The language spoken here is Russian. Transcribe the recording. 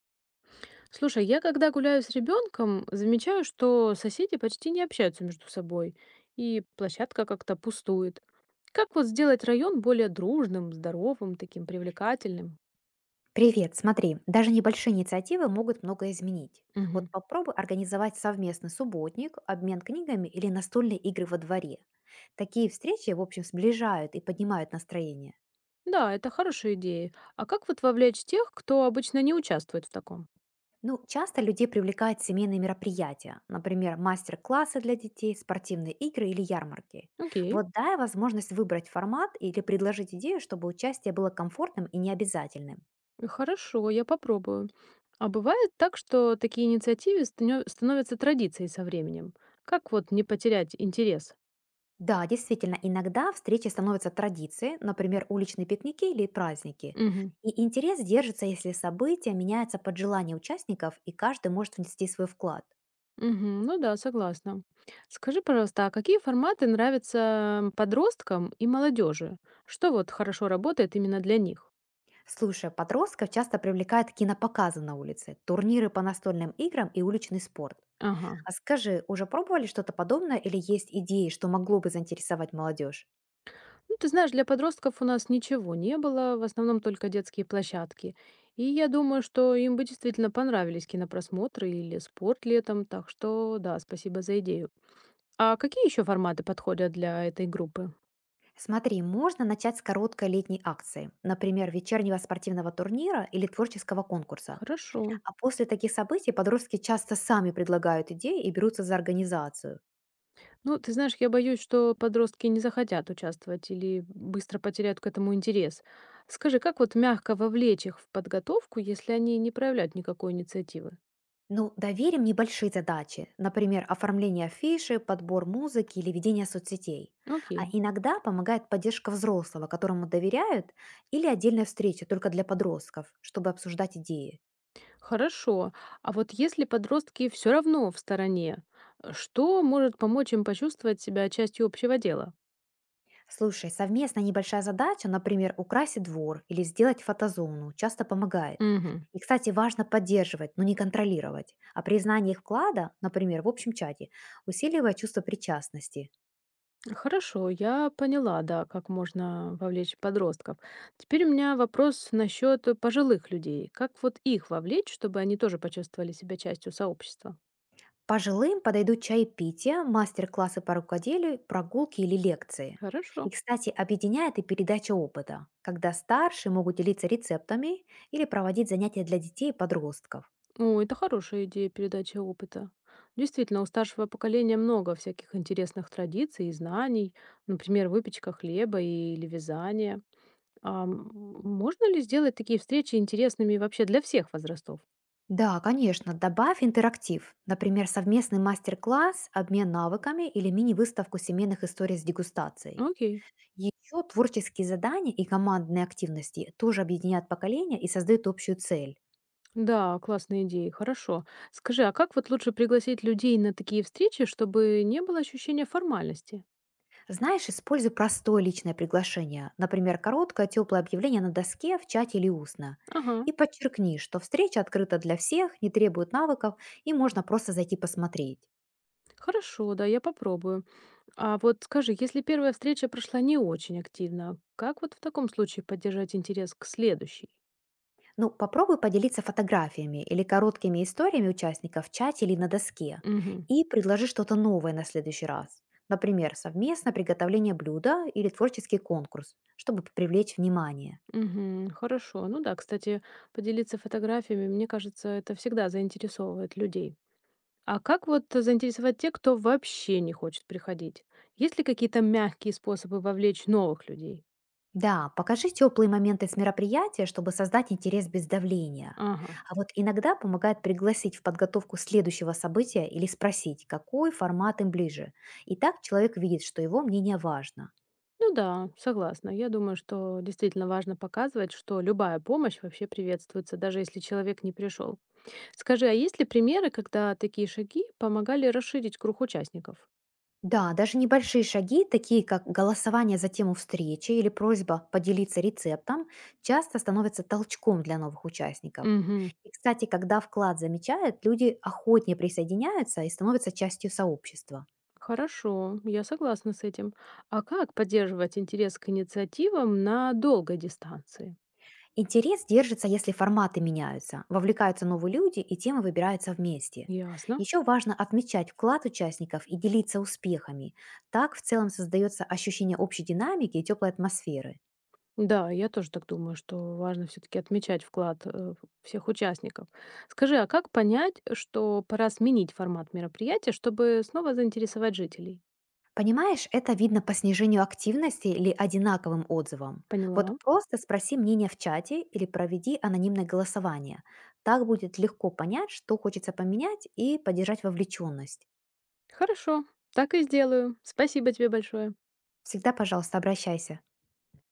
Слушай, я когда гуляю с ребенком, замечаю, что соседи почти не общаются между собой, и площадка как-то пустует. Как вот сделать район более дружным, здоровым, таким привлекательным? Привет, смотри, даже небольшие инициативы могут многое изменить. Вот Мгм. попробуй организовать совместный субботник, обмен книгами или настольные игры во дворе. Такие встречи, в общем, сближают и поднимают настроение. Да, это хорошая идея. А как вот вовлечь тех, кто обычно не участвует в таком? Ну, часто людей привлекают семейные мероприятия, например, мастер-классы для детей, спортивные игры или ярмарки. Окей, Вот дай возможность выбрать формат или предложить идею, чтобы участие было комфортным и необязательным. хорошо, я попробую. А бывает так, что такие инициативы становятся традицией со временем. Как вот не потерять интерес? Да, действительно, иногда встречи становятся традицией, например, уличные пикники или праздники. И интерес держится, если события меняются под желание участников, и каждый может внести свой вклад. Мгм. Ну да, согласна. Скажи, пожалуйста, а какие форматы нравятся подросткам и молодежи? Что вот хорошо работает именно для них? Слушай, подростков часто привлекают кинопоказы на улице, турниры по настольным играм и уличный спорт. Ага. А скажи, уже пробовали что-то подобное или есть идеи, что могло бы заинтересовать молодежь? Ну, ты знаешь, для подростков у нас ничего не было, в основном только детские площадки. И я думаю, что им бы действительно понравились кинопросмотры или спорт летом, так что да, спасибо за идею. А какие еще форматы подходят для этой группы? Смотри, можно начать с короткой летней акции, например, вечернего спортивного турнира или творческого конкурса. Хорошо. А после таких событий подростки часто сами предлагают идеи и берутся за организацию. Ну, ты знаешь, я боюсь, что подростки не захотят участвовать или быстро потеряют к этому интерес. Скажи, как вот мягко вовлечь их в подготовку, если они не проявляют никакой инициативы? Ну, доверим небольшие задачи, например, оформление афиши, подбор музыки или ведение соцсетей. А Окей, иногда помогает поддержка взрослого, которому доверяют, или отдельная встреча только для подростков, чтобы обсуждать идеи. хорошо. А вот если подростки все равно в стороне, что может помочь им почувствовать себя частью общего дела? Слушай, совместная небольшая задача, например, украсить двор или сделать фотозону, часто помогает. Мгм. И, кстати, важно поддерживать, но не контролировать. А признание их вклада, например, в общем чате, усиливает чувство причастности. Хорошо, я поняла, да, как можно вовлечь подростков. Теперь у меня вопрос насчет пожилых людей. Как вот их вовлечь, чтобы они тоже почувствовали себя частью сообщества? Пожилым подойдут чаепития, мастер-классы по рукоделию, прогулки или лекции. И, Хорошо. кстати, объединяет и передача опыта, когда старшие могут делиться рецептами или проводить занятия для детей и подростков. О, это хорошая идея передачи опыта. Действительно, у старшего поколения много всяких интересных традиций и знаний, например, выпечка хлеба или вязание. А м, Можно ли сделать такие встречи интересными вообще для всех возрастов? Да, конечно, добавь интерактив. Например, совместный мастер-класс, обмен навыками или мини-выставку семейных историй с дегустацией. Окей. Еще творческие задания и командные активности тоже объединяют поколения и создают общую цель. Да, классная идея, хорошо. Скажи, а как вот лучше пригласить людей на такие встречи, чтобы не было ощущения формальности? Знаешь, используй простое личное приглашение, например, короткое теплое объявление на доске, в чате или устно. Ага, И подчеркни, что встреча открыта для всех, не требует навыков и можно просто зайти посмотреть. хорошо, да, я попробую. А вот скажи, если первая встреча прошла не очень активно, как вот в таком случае поддержать интерес к следующей? Ну, попробуй поделиться фотографиями или короткими историями участников в чате или на доске Угу. и предложи что-то новое на следующий раз. Например, совместное приготовление блюда или творческий конкурс, чтобы привлечь внимание. Угу, хорошо. Ну да, кстати, поделиться фотографиями, мне кажется, это всегда заинтересовывает людей. А как вот заинтересовать тех, кто вообще не хочет приходить? Есть ли какие-то мягкие способы вовлечь новых людей? Да, покажи теплые моменты с мероприятия, чтобы создать интерес без давления. Ага. А вот иногда помогает пригласить в подготовку следующего события или спросить, какой формат им ближе. И так человек видит, что его мнение важно. Ну да, согласна. Я думаю, что действительно важно показывать, что любая помощь вообще приветствуется, даже если человек не пришел. Скажи, а есть ли примеры, когда такие шаги помогали расширить круг участников? Да, даже небольшие шаги, такие как голосование за тему встречи или просьба поделиться рецептом, часто становятся толчком для новых участников. Угу. И, кстати, когда вклад замечают, люди охотнее присоединяются и становятся частью сообщества. Хорошо, я согласна с этим. А как поддерживать интерес к инициативам на долгой дистанции? Интерес держится, если форматы меняются, вовлекаются новые люди и темы выбираются вместе. Ясно. Еще важно отмечать вклад участников и делиться успехами. Так в целом создается ощущение общей динамики и теплой атмосферы. Да, я тоже так думаю, что важно все таки отмечать вклад, всех участников. Скажи, а как понять, что пора сменить формат мероприятия, чтобы снова заинтересовать жителей? Понимаешь, это видно по снижению активности или одинаковым отзывам. Вот Поняла. просто спроси мнение в чате или проведи анонимное голосование. Так будет легко понять, что хочется поменять и поддержать вовлеченность. Хорошо, так и сделаю. Спасибо тебе большое. Всегда, пожалуйста, обращайся.